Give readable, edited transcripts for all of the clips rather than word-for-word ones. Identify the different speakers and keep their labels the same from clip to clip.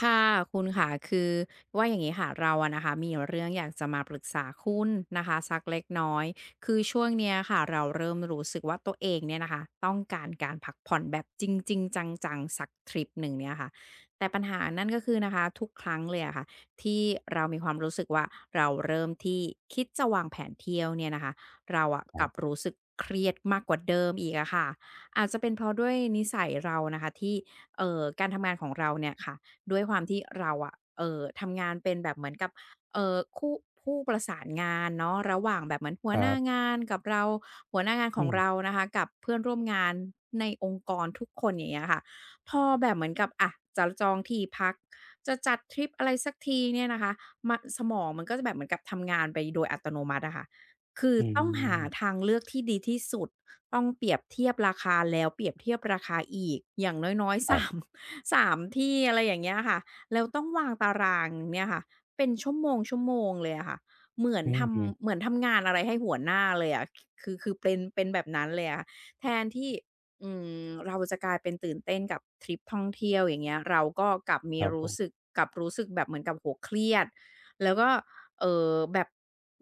Speaker 1: ค่ะคุณค่ะคือว่าอย่างนี้ค่ะเราอะนะคะมีเรื่องอยากจะมาปรึกษาคุณนะคะสักเล็กน้อยคือช่วงเนี้ยค่ะเราเริ่มรู้สึกว่าตัวเองเนี่ยนะคะต้องการการพักผ่อนแบบจริงๆจังๆสักทริปหนึ่งเนี่ยค่ะแต่ปัญหานั่นก็คือนะคะทุกครั้งเลยอะค่ะที่เรามีความรู้สึกว่าเราเริ่มที่คิดจะวางแผนเที่ยวเนี่ยนะคะเราอะ
Speaker 2: ค
Speaker 1: ก
Speaker 2: รั
Speaker 1: ลับ
Speaker 2: บ
Speaker 1: รู้สึกเครียดมากกว่าเดิมอีกอะค่ะอาจจะเป็นเพราะด้วยนิสัยเรานะคะที่การทำงานของเราเนี่ยค่ะ ด้วยความที่เราอะทำงานเป็นแบบเหมือนกับคู่ผู้ประสานงานเนาะระหว่างแบบเหมือนหั
Speaker 2: ค
Speaker 1: วห
Speaker 2: รั
Speaker 1: น้า
Speaker 2: บ
Speaker 1: งานกับเราหัวหน้างานขอ
Speaker 2: อื
Speaker 1: ง
Speaker 2: ม
Speaker 1: เรานะคะ กับเพื่อนร่วมงานในองค์กรทุกคนอย่างเงี้ยค่ะพอแบบเหมือนกับอะจะจองที่พัก จะจัดทริปอะไรสักทีเนี่ยนะคะมาสมองมันก็จะแบบเหมือนกับทำงานไปโดยอัตโนมัติอะค่ะคือ
Speaker 2: อื
Speaker 1: ต้องหา
Speaker 2: ม
Speaker 1: ทางเลือกที่ดีที่สุด ต้องเปรียบเทียบราคาแล้วเปรียบเทียบราคาอีกอย่างน้อยๆ
Speaker 2: ครั
Speaker 1: สาม
Speaker 2: บ
Speaker 1: สามที่อะไรอย่างเงี้ยค่ะแล้วต้องวางตารางเนี่ยค่ะเป็นชั่วโมงๆเลยอะค่ะเหมือน
Speaker 2: อื
Speaker 1: ท
Speaker 2: อฮึ
Speaker 1: ำเหมือนทำงานอะไรให้หัวหน้าเลยอะคือเป็นแบบนั้นเลยอะค่ะแทนที่อืเราจะกลายเป็นตื่นเต้นกับทริปท่องเที่ยวอย่างเงี้ยเราก็กลับมี
Speaker 2: ครับผ
Speaker 1: รู้สึก
Speaker 2: ม
Speaker 1: กลับรู้สึกแบบเหมือนกับโอ้โฮเครียดแล้วก็แบบ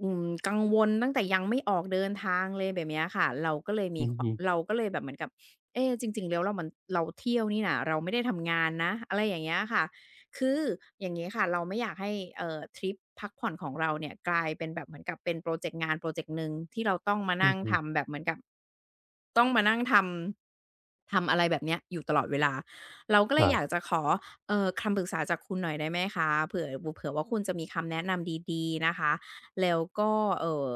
Speaker 1: กังวลตั้งแต่ยังไม่ออกเดินทางเลยแบบเนี้ยค่ะเราก็เลยมี
Speaker 2: อือฮึ
Speaker 1: เราก็เลยแบบเหมือนกับเอ๊จริงๆแล้วเรามันเราเที่ยวนี่น่ะเราไม่ได้ทำงานนะอะไรอย่างเงี้ยค่ะคืออย่างงี้ค่ะเราไม่อยากให้ทริปพักผ่อนของเราเนี่ยกลายเป็นแบบเหมือนกับเป็นพรอเจกต์งานพรอเจกต์หนึ่งที่เราต้องมา
Speaker 2: อื
Speaker 1: นั่
Speaker 2: อ
Speaker 1: ง
Speaker 2: ฮึ
Speaker 1: ทำแบบเหมือนกับต้องมานั่งทำ ทำอะไรแบบเนี้ยอยู่ตลอดเวลา เราก็เล
Speaker 2: ค
Speaker 1: ย
Speaker 2: รั
Speaker 1: อยาก
Speaker 2: บ
Speaker 1: จะขอคำปรึกษาจากคุณหน่อยได้ไหมคะ เผื่อว่าคุณจะมีคำแนะนำดีๆนะคะแล้วก็เอ่อ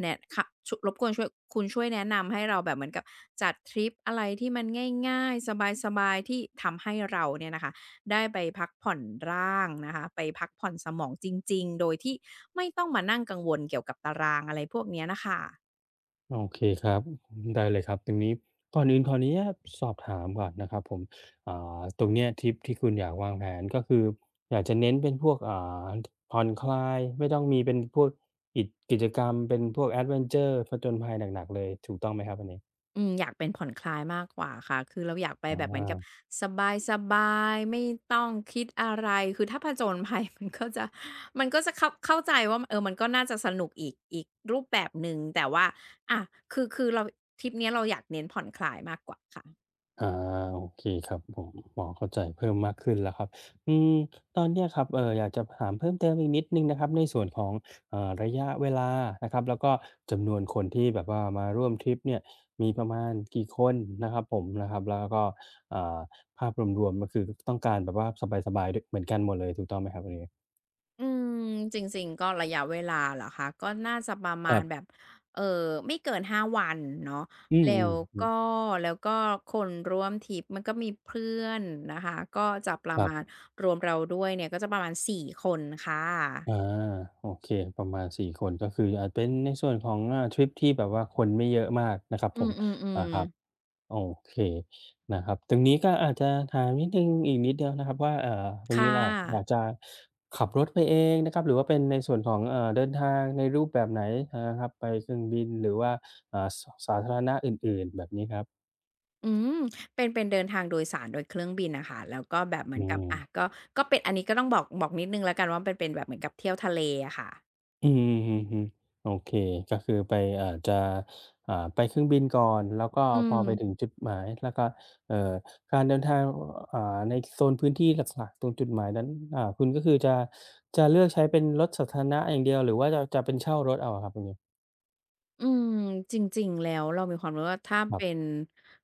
Speaker 1: แนะขะชรบกวนช่วยคุณช่วยแนะนำให้เราแบบเหมือนกับจัดทริปอะไรที่มันง่ายๆสบายๆที่ทำให้เราเนี่ยนะคะได้ไปพักผ่อนร่างนะคะไปพักผ่อนสมองจริงๆโดยที่ไม่ต้องมานั่งกังวลเกี่ยวกับตารางอะไรพวกเนี้ยน่ะค่ะ
Speaker 2: โอเคครับได้เลยครับตรงนี้ก่อนอื่นขออนุญาตสอบถามก่อนนะครับผมตรงเนี้ยทริปที่คุณอยากวางแผนก็คืออยากจะเน้นเป็นพวกาผ่อนคลายไม่ต้องมีเป็นพวกกิจกรรมเป็นพวกแอดเวนเชอร์ผจญภัยหนักๆเลยถูกต้องไหมครับอันนี้
Speaker 1: อืมอยากเป็นผ่อนคลายมากกว่าค่ะคือเราอยากไป
Speaker 2: อ
Speaker 1: แบบเหมือนกับ
Speaker 2: า
Speaker 1: สบายๆไม่ต้องคิดอะไรคือถ้าผจญภัย มันก็จะเข้าใจว่าเออมันก็น่าจะสนุกอีกรูปแบบหนึ่งแต่ว่าอะคือเราทริปเนี้ยเราอยากเน้นผ่อนคลายมากกว่าค่ะ
Speaker 2: อาโอเคครับผมพอเข้าใจเพิ่มมากขึ้นแล้วครับอืมตอนเนี้ยครับอยากจะถามเพิ่มเติมอีกนิดหนึ่งนะครับในส่วนของระยะเวลานะครับแล้วก็จำนวนคนที่แบบว่ามาร่วมทริปเนี่ยมีประมาณกี่คนนะครับผมนะครับแล้วก็อ่าภาพรวมๆก็คือต้องการแบบว่าสบายๆด้วยเหมือนกันหมดเลยถูกต้องไหมครับอันนี้
Speaker 1: อืมจริงๆก็ระยะเวลาเหรอคะก็น่าจะประ
Speaker 2: ค
Speaker 1: มา
Speaker 2: รั
Speaker 1: ณแบบ
Speaker 2: บ
Speaker 1: เอ่อไม่เกิน5วันเนาะ
Speaker 2: อืม
Speaker 1: แล้ว
Speaker 2: ๆครั
Speaker 1: ก็
Speaker 2: บ
Speaker 1: แล้วก็คนร่วมทริปมันก็มีเพื่อนนะคะก็จะประ
Speaker 2: ครั
Speaker 1: มาณ
Speaker 2: บ
Speaker 1: รวมเราด้วยเนี่ยก็จะประมาณ4คนค่ะ
Speaker 2: อาโอเคประมาณ4คนก็คืออาจเป็นในส่วนของทริปที่แบบว่าคนไม่เยอะมากนะครับ
Speaker 1: อื
Speaker 2: ผม
Speaker 1: ม
Speaker 2: อาครับ
Speaker 1: ๆๆ
Speaker 2: โอเคนะครับตรงนี้ก็อาจจะถามนิดหนึ่งอีกนิดเดียวนะครับว่าตรง
Speaker 1: ค่
Speaker 2: นี้ล่ะอยาก
Speaker 1: ะ
Speaker 2: จะขับรถไปเองนะครับหรือว่าเป็นในส่วนของเดินทางในรูปแบบไหนนะครับไปเครื่องบินหรือว่าสาธารณะอื่นๆแบบนี้ครับ
Speaker 1: อืมเป็นเดินทางโดยสารโดยเครื่องบินน่ะค่ะแล้วก็แบบเหมือ
Speaker 2: อื
Speaker 1: นกับ
Speaker 2: ม
Speaker 1: อะก็เป็นอันนี้ก็ต้องบอกนิดหนึ่งแล้วกันว่าเป็นแบบเหมือนกับเที่ยวทะเลอะค่ะ
Speaker 2: อืมอืมอืมอืมโอเคก็คือไปจะไปเครื่องบินก่อนแล้วก็
Speaker 1: อื
Speaker 2: พ
Speaker 1: ม
Speaker 2: อไปถึงจุดหมายแล้วก็เอ่อการเดินทางอ่าในโซนพื้นที่หลักๆตรงจุดหมายนั้นคุณก็คือจะเลือกใช้เป็นรถสาธารณะอย่างเดียวหรือว่าจะเป็นเช่ารถเอาอะครับตรงนี้
Speaker 1: อืมจริงๆแล้วเรามีความรู้ว่าถ้า
Speaker 2: ครั
Speaker 1: เป็น
Speaker 2: บ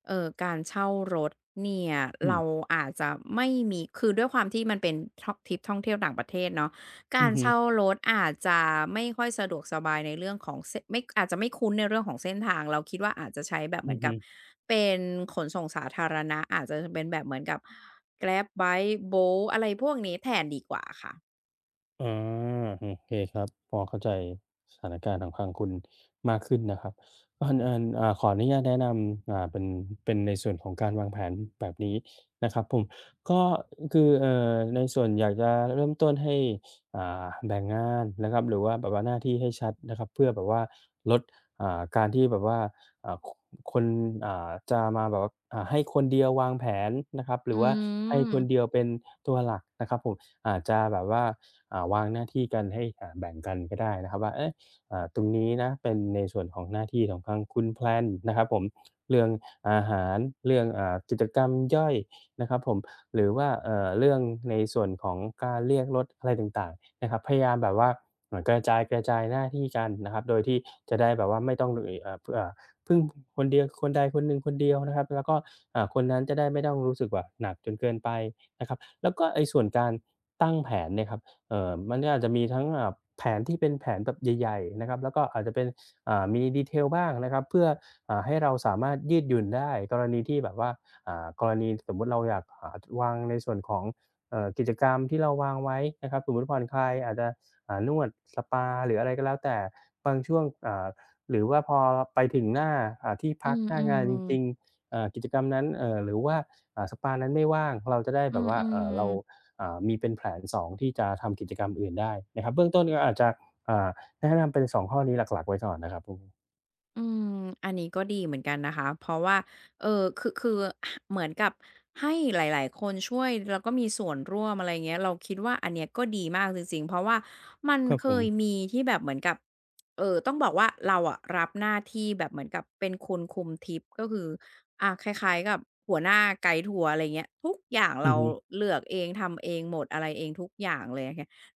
Speaker 1: การเช่ารถเนี่ย
Speaker 2: อืม
Speaker 1: เราอาจจะไม่มีคือด้วยความที่มันเป็นท่องทริปท่องเที่ยวต่างประเทศเนาะกา
Speaker 2: อื
Speaker 1: ร
Speaker 2: ม
Speaker 1: เช่ารถอาจจะไม่ค่อยสะดวกสบายในเรื่องของเส้นไม่อาจจะไม่คุ้นในเรื่องของเส้นทางเราคิดว่าอาจจะใช้แบบเห
Speaker 2: อื
Speaker 1: มือนกับ
Speaker 2: ม
Speaker 1: เป็นขนส่งสาธารณะอาจจะเป็นแบบเหมือนกับ Grab Bike Bolt อะไรพวกนี้แทนดีกว่าค่ะ
Speaker 2: อาโอเคครับพอเข้าใจสถานการณ์ของทางคุณมากขึ้นนะครับก่อนอื่นขออนุญาตแนะนำเป็นในส่วนของการวางแผนแบบนี้นะครับผมก็คือในส่วนอยากจะเริ่มต้นให้แบ่งงานนะครับหรือว่าแบบว่าหน้าที่ให้ชัดนะครับเพื่อแบบว่าลดการที่แบบว่าอ่าคคนจะมาแบบว่าให้คนเดียววางแผนนะครับห
Speaker 1: อื
Speaker 2: รือว่าให้คนเดี
Speaker 1: ม
Speaker 2: ยวเป็นตัวหลักนะครับผมอาจจะแบบว่า วางหน้าที่กันให้แบ่งกันก็ได้นะครับว่าเอ๊ะตรงนี้นะเป็นในส่วนของหน้าที่ของทางคุณแพลนนะครับผมเรื่องอาหารเรื่องกิจกรรมย่อยนะครับผมหรือว่าเรื่องในส่วนของการเรียกรถอะไรต่างๆนะครับพยายามแบบว่าเหมือนกระจายหน้าที่กันนะครับโดยที่จะได้แบบว่าไม่ต้องพึ่งคนเดียวคนใดคนหนึ่งคนเดียวนะครับแล้วก็คนนั้นจะได้ไม่ต้องรู้สึกว่าหนักจนเกินไปนะครับแล้วก็ไอ้ส่วนการตั้งแผนเนี่ยครับ มันก็อาจจะมีทั้งแผนที่เป็นแผนแบบใหญ่ๆนะครับแล้วก็อาจจะเป็นมี detail บ้างนะครับเพื่อให้เราสามารถยืดหยุ่นได้กรณีที่แบบว่ากรณีสมมุติเราอยากหาวางในส่วนของกิจกรรมที่เราวางไว้นะครับสมมุติผ่อนคลายอาจจะนวดสปาหรืออะไรก็แล้วแต่บางช่วงหรือว่าพอไปถึงหน้าที่
Speaker 1: อื
Speaker 2: พักหน้างาน
Speaker 1: ม
Speaker 2: จริง
Speaker 1: ๆ
Speaker 2: ๆกิจกรรมนั้นหรือว่าสปานั้นไม่ว่างเราจะได้
Speaker 1: อื
Speaker 2: แบบว่า
Speaker 1: ม
Speaker 2: เรา
Speaker 1: ๆ
Speaker 2: มีเป็นแผนสองที่จะทำกิจกรรมอื่นได้นะครับเบื้องต้นก็อาจจะอ่าแนะนำเป็นสองข้อนี้หลักๆไว้ก่อนนะครับผม
Speaker 1: อืมอันนี้ก็ดีเหมือนกันนะคะเพราะว่าเออคือ เหมือนกับให้หลายๆคนช่วย แล้วก็มีส่วนร่วมอะไรเงี้ย เราคิดว่าอันเนี้ยก็ดีมากจริงๆเพราะว่ามัน
Speaker 2: ครับ
Speaker 1: เค
Speaker 2: ผ
Speaker 1: ย
Speaker 2: ม
Speaker 1: มีที่แบบเหมือนกับ ต้องบอกว่าเราอะรับหน้าที่แบบเหมือนกับเป็นคนคุมทริป ก็คืออาคล้ายๆกับหัวหน้าไกด์ทัวร์อะไรเงี้ยทุกอย่าง
Speaker 2: อื
Speaker 1: เรา
Speaker 2: อฮึ
Speaker 1: เลือกเองทำเองหมดอะไรเองทุกอย่างเลย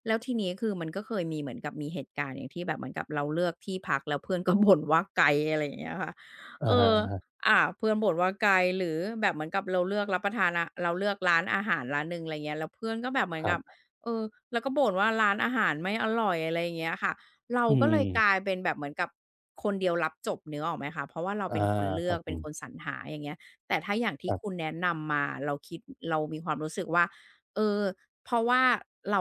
Speaker 1: แล้วทีนี้คือมันก็เคยมีเหมือนกับมีเหตุการณ์อย่างที่แบบเหมือนกับเราเลือกที่พักแล้วเพื่อน ก็บ่นว่าไกลอะไรอย่างเงี้ยค่ะ
Speaker 2: อะ
Speaker 1: เออ
Speaker 2: ฮ
Speaker 1: เพื่อนบ่นว่าไกลหรือแบบเหมือนกับเราเลือกรับประทานอะเราเลือกร้านอาหารร้านหนึ่งอะไรเงี้ยแล้วเพื่อนก็แบบเหมื
Speaker 2: ๆ
Speaker 1: อ
Speaker 2: ค
Speaker 1: น
Speaker 2: รั
Speaker 1: กับ
Speaker 2: บ
Speaker 1: เออแล้วก็บ่นว่าร้านอาหารไม่อร่อยอะไรอย่างเงี้ยค่ะเรา
Speaker 2: อื
Speaker 1: ก็เลยกลาย
Speaker 2: ม
Speaker 1: เป็นแบบเหมือนกับคนเดียวรับจบนึกออกไหมคะเพราะว่าเรา
Speaker 2: อา
Speaker 1: เป็นคนเลื
Speaker 2: ค
Speaker 1: อ
Speaker 2: รับ
Speaker 1: ก
Speaker 2: ผ
Speaker 1: เป็นคน
Speaker 2: ม
Speaker 1: สรรหาอย่างเงี้ยแต่ถ้าอย่าง
Speaker 2: ค
Speaker 1: ที่
Speaker 2: รั
Speaker 1: คุณ
Speaker 2: บ
Speaker 1: แนะนำมาเราคิดเรามีความรู้สึกว่าเออ เพราะว่าเรา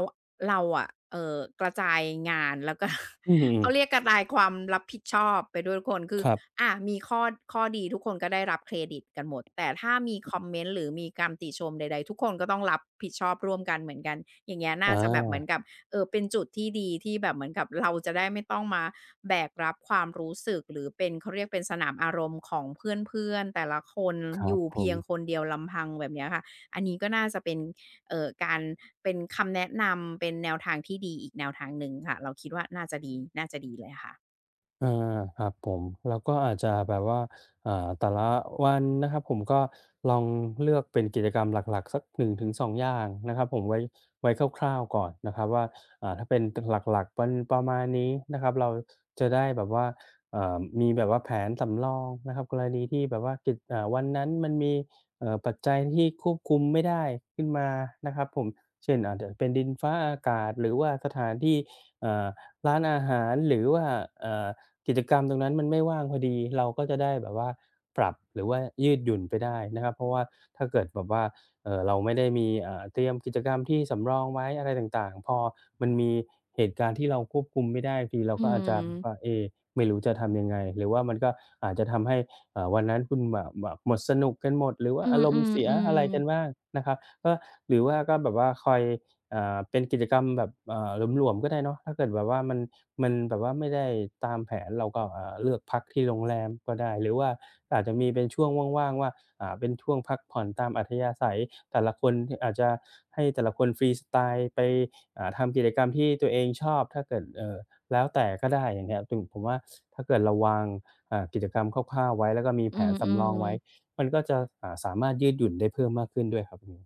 Speaker 1: เรากระจายงานแล้วก็
Speaker 2: อืม
Speaker 1: เขาเรียกกระจายความรับผิดชอบไปด้วยทุกคนคือ
Speaker 2: ครับ
Speaker 1: มีข้อข้อดีทุกคนก็ได้รับเครดิตกันหมดแต่ถ้ามีคอมเมนต์หรือมีคำติชมใดๆทุกคนก็ต้องรับผิดชอบร่วมกันเหมือนกันอย่างเงี้ยน่าจะแบบเหมือน
Speaker 2: อา
Speaker 1: กับเป็นจุดที่ดีที่แบบเหมือนกับเราจะได้ไม่ต้องมาแบกรับความรู้สึกหรือเป็นเขาเรียกเป็นสนามอารมณ์ของเพื่อนๆแต่ละคน
Speaker 2: ค
Speaker 1: อ
Speaker 2: รับ
Speaker 1: ยู่
Speaker 2: ผ
Speaker 1: เพี
Speaker 2: ม
Speaker 1: ยงคนเดียวลำพังแบบเนี้ยค่ะอันนี้ก็น่าจะเป็น การเป็นคำแนะนำเป็นแนวทางที่ดีอีกแนวทางหนึ่งค่ะเราคิดว่าน่าจะดีน่าจะดีเลยค่ะ
Speaker 2: อาครับผมแล้วก็อาจจะแบบว่าแต่ละวันนะครับผมก็ลองเลือกเป็นกิจกรรมหลักๆสัก1-2องอย่างนะครับผมไว้ไว้คร่าวๆก่อนนะครับว่าถ้าเป็นหลักๆเป็นประมาณนี้นะครับเราจะได้แบบว่าเอ่อมีแบบว่าแผนสำรองนะครับกรณีที่แบบว่าวันนั้นมันมีปัจจัยที่ควบคุมไม่ได้ขึ้นมานะครับผมเช่นอาจจะเป็นดินฟ้าอากาศหรือว่าสถานที่เอ่อร้านอาหารหรือว่าเอ่อ กิจกรรมตรงนั้นมันไม่ว่างพอดีเราก็จะได้แบบว่าปรับหรือว่ายืดหยุ่นไปได้นะครับเพราะว่าถ้าเกิดแบบว่าเราไม่ได้มีเตรียมกิจกรรมที่สำรองไว้อะไรต่างๆพอมันมีเหตุการณ์ที่เราควบคุมไม่ได้ทีเรา
Speaker 1: อื
Speaker 2: ก็อาจจะ
Speaker 1: ม
Speaker 2: แบบว่าเอ๊ไม่รู้จะทำยังไงหรือว่ามันก็อาจจะทำให้วันนั้นคุณแบบหมดสนุกกันหมดหรือว่า
Speaker 1: อื
Speaker 2: อารมณ์
Speaker 1: ม
Speaker 2: เสียอะไรกัน
Speaker 1: ๆ
Speaker 2: บ้างนะครับก็หรือว่าก็แบบว่าคอย เป็นกิจกรรมแบบหลวมๆก็ได้เนาะถ้าเกิดแบบว่ามันแบบว่าไม่ได้ตามแผนเราก็เลือกพักที่โรงแรมก็ได้หรือว่าอาจจะมีเป็นช่วงว่างๆว่าเป็นช่วงพักผ่อนตามอัธยาศัยแต่ละคนอาจจะให้แต่ละคนฟรีสไตล์ไปทำกิจกรรมที่ตัวเองชอบถ้าเกิดแล้วแต่ก็ได้อย่างเงี้ยถึงผมว่าถ้าเกิดเราวางกิจกรรมคร่าวๆไว้แล้วก็มี
Speaker 1: ๆอื
Speaker 2: แผนสำร
Speaker 1: ม
Speaker 2: องไว้
Speaker 1: ๆ
Speaker 2: มันก็จะสามารถยืดหยุ่นได้เพิ่มมากขึ้นด้วยครับอืม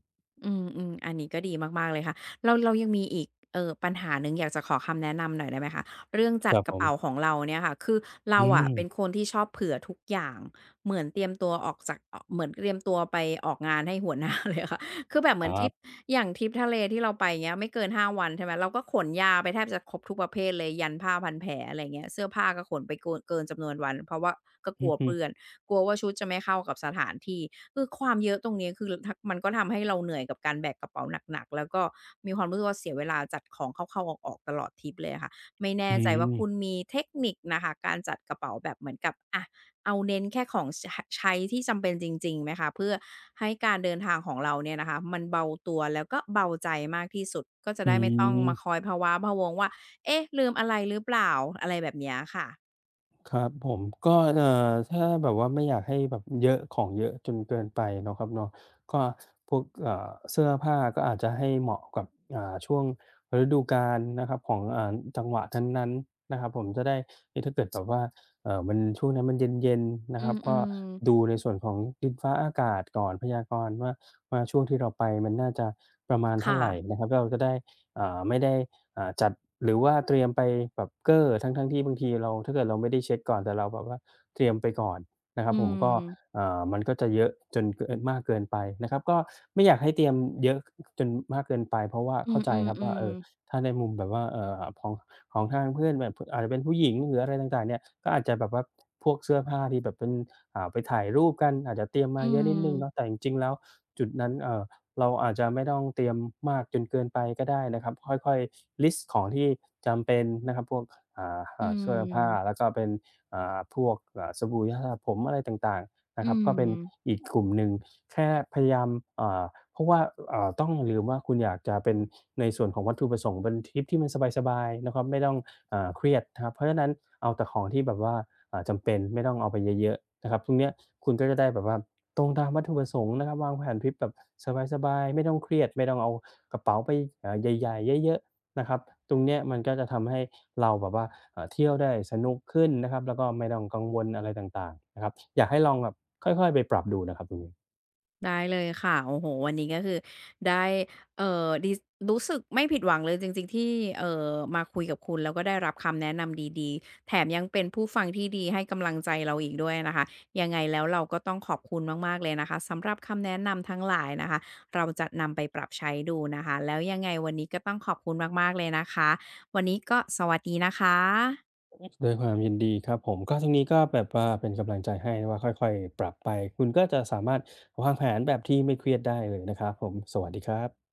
Speaker 1: อืมอืมอันนี้ก็ดีมากๆเลยค่ะเราเรายังมีอีกปัญหาหนึ่งอยากจะขอคำแนะนำหน่อยได้ไหมคะเรื่องจั
Speaker 2: ค
Speaker 1: ด
Speaker 2: รับ
Speaker 1: ก
Speaker 2: ผ
Speaker 1: ระเป๋าขอ
Speaker 2: ม
Speaker 1: งเราเนี่ยค่ะคือเรา
Speaker 2: อื
Speaker 1: อะ
Speaker 2: ม
Speaker 1: เป็นคนที่ชอบเผื่อทุกอย่างเหมือนเตรียมตัวออกจากเออเหมือนเตรียมตัวไปออกงานให้หัวหน้า เลยค่ะ คือแบบเหมื
Speaker 2: ค
Speaker 1: อนท
Speaker 2: รั
Speaker 1: ริป
Speaker 2: บ
Speaker 1: อย่างทริปทะเลที่เราไปเงี้ยไม่เกิน5วันใช่ไหมเราก็ขนยาไปแทบจะครบทุกประเภทเลยยันผ้าพันแผลอะไรเงี้ยเสื้อผ้าก็ขนไปเกนเกินจำนวนวันเพราะว่าก็ก
Speaker 2: อื
Speaker 1: ลั
Speaker 2: อ
Speaker 1: ว
Speaker 2: ฮึ
Speaker 1: เปื้อน กลัวว่าชุดจะไม่เข้ากับสถานที่คือความเยอะตรงนี้คือทมันก็ทำให้เราเหนื่อยกับการแบกกระเป๋าหนักๆแล้วก็มีความรู้สึกว่าเสียเวลาจัดของเข้าๆออกๆตลอดทริปเลยอะค่ะ ไม่แน่
Speaker 2: อื
Speaker 1: ใจว่า
Speaker 2: ม
Speaker 1: คุณมีเทคนิคน่ะค่ะการจัดกระเป๋าแบบเหมือนกับอะเอาเน้นแค่ของชใช้ที่จำเป็นจริงๆไหมคะเพื่อให้การเดินทางของเราเนี่ยนะคะมันเบาตัวแล้วก็เบาใจมากที่สุดก็จะ
Speaker 2: อื
Speaker 1: ได้ไม่ต้อง
Speaker 2: ม
Speaker 1: มาคอยพะว้าพะวังว่าเอ๊ะลืมอะไรหรือเปล่าอะไรแบบเนี้ยค่ะ
Speaker 2: ครับผมก็ถ้าแบบว่าไม่อยากให้แบบเยอะของเยอะจนเกินไปเนาะครับเนาะก็พวกเสื้อผ้าก็อาจจะให้เหมาะกับช่วงฤดูกาลนะครับของจังหวะนั้นๆนะครับผมจะได้เอ๊ะถ้าเกิดแบบว่ามันช่วงนั้นมันเย็นๆนะ
Speaker 1: อื
Speaker 2: ครับก็
Speaker 1: ม
Speaker 2: ดูในส่วนของดินฟ้าอากาศก่อนพยากรณ์ว่าช่วงที่เราไปมันน่าจะประมาณ
Speaker 1: ๆ
Speaker 2: เท่า
Speaker 1: ค่ะ
Speaker 2: ไรนะครับเราจะได้ไม่ได้ จัดหรือว่าเตรียมไปแบบเก้อทั้งๆที่บางทีเราถ้าเกิดเราไม่ได้เช็กก่อนแต่เราแบบว่าเตรียมไปก่อนนะครั
Speaker 1: อื
Speaker 2: บผมก็
Speaker 1: ม
Speaker 2: มันก็จะเยอะจนเกินมากเกินไปนะครับก็ไม่อยากให้เตรียมเยอะจนมากเกินไปเพราะว่า
Speaker 1: อื
Speaker 2: เข้า
Speaker 1: ม
Speaker 2: ใจ
Speaker 1: อืม
Speaker 2: ครับ
Speaker 1: อื
Speaker 2: ว่า
Speaker 1: ม
Speaker 2: ถ้าในมุมแบบว่าของทางเพื่อนแบบอาจจะเป็นผู้หญิงหรืออะไรต่างๆเนี่ยก็อาจจะแบบว่าพวกเสื้อผ้าที่แบบเป็นไปถ่ายรูปกันอาจจะเตรียม
Speaker 1: อื
Speaker 2: มาเยอะนิดหนึ่งเนาะ
Speaker 1: ม
Speaker 2: แต่จริงๆแล้วจุดนั้นเราอาจจะไม่ต้องเตรียมมากจนเกินไปก็ได้นะครับค่อยๆลิสต์ของที่จำเป็นนะครับพวก
Speaker 1: อื
Speaker 2: เสื้อผ้าแล้ว
Speaker 1: ม
Speaker 2: ก็เป็นพวกสบู่ยาสระผมอะไรต่างๆนะ
Speaker 1: อื
Speaker 2: ครับก็เป็น
Speaker 1: ม
Speaker 2: อีกกลุ่มหนึ่งแค่พยายามอ่าเพราะว่าต้องอย่าลืมว่าคุณอยากจะเป็นในส่วนของวัตถุประสงค์เป็นทริปที่มันสบายๆนะครับไม่ต้องเครียดนะครับเพราะฉะนั้นเอาแต่ของที่แบบว่าจำเป็นไม่ต้องเอาไปเยอะๆ นะครับตรงเนี้ยคุณก็จะได้แบบว่าตรงตามวัตถุประสงค์นะครับวางแผนทริปแบบสบายๆไม่ต้องเครียดไม่ต้องเอากระเป๋าไปใหญ่ๆเยอะๆนะครับตรงเนี้ยมันก็จะทำให้เราแบบว่าเที่ยวได้สนุกขึ้นนะครับแล้วก็ไม่ต้องกังวลอะไรต่างๆนะครับอยากให้ลองแบบค่อยๆไปปรับดูนะครับตรงนี้
Speaker 1: ได้เลยค่ะโอ้โหวันนี้ก็คือได้ดิรู้สึกไม่ผิดหวังเลยจริงๆที่เอ่อมาคุยกับคุณแล้วก็ได้รับคำแนะนำดีๆแถมยังเป็นผู้ฟังที่ดีให้กำลังใจเราอีกด้วยนะคะยังไงแล้วเราก็ต้องขอบคุณมากๆเลยนะคะสำหรับคำแนะนำทั้งหลายนะคะเราจะนำไปปรับใช้ดูนะคะแล้วยังไงวันนี้ก็ต้องขอบคุณมากๆเลยนะคะวันนี้ก็สวัสดีนะคะ
Speaker 2: ด้วยความยินดีครับผมก็ตรงนี้ก็แบบว่าเป็นกำลังใจให้ว่าค่อยๆปรับไปคุณก็จะสามารถวางแผนแบบที่ไม่เครียดได้เลยนะครับผมสวัสดีครับ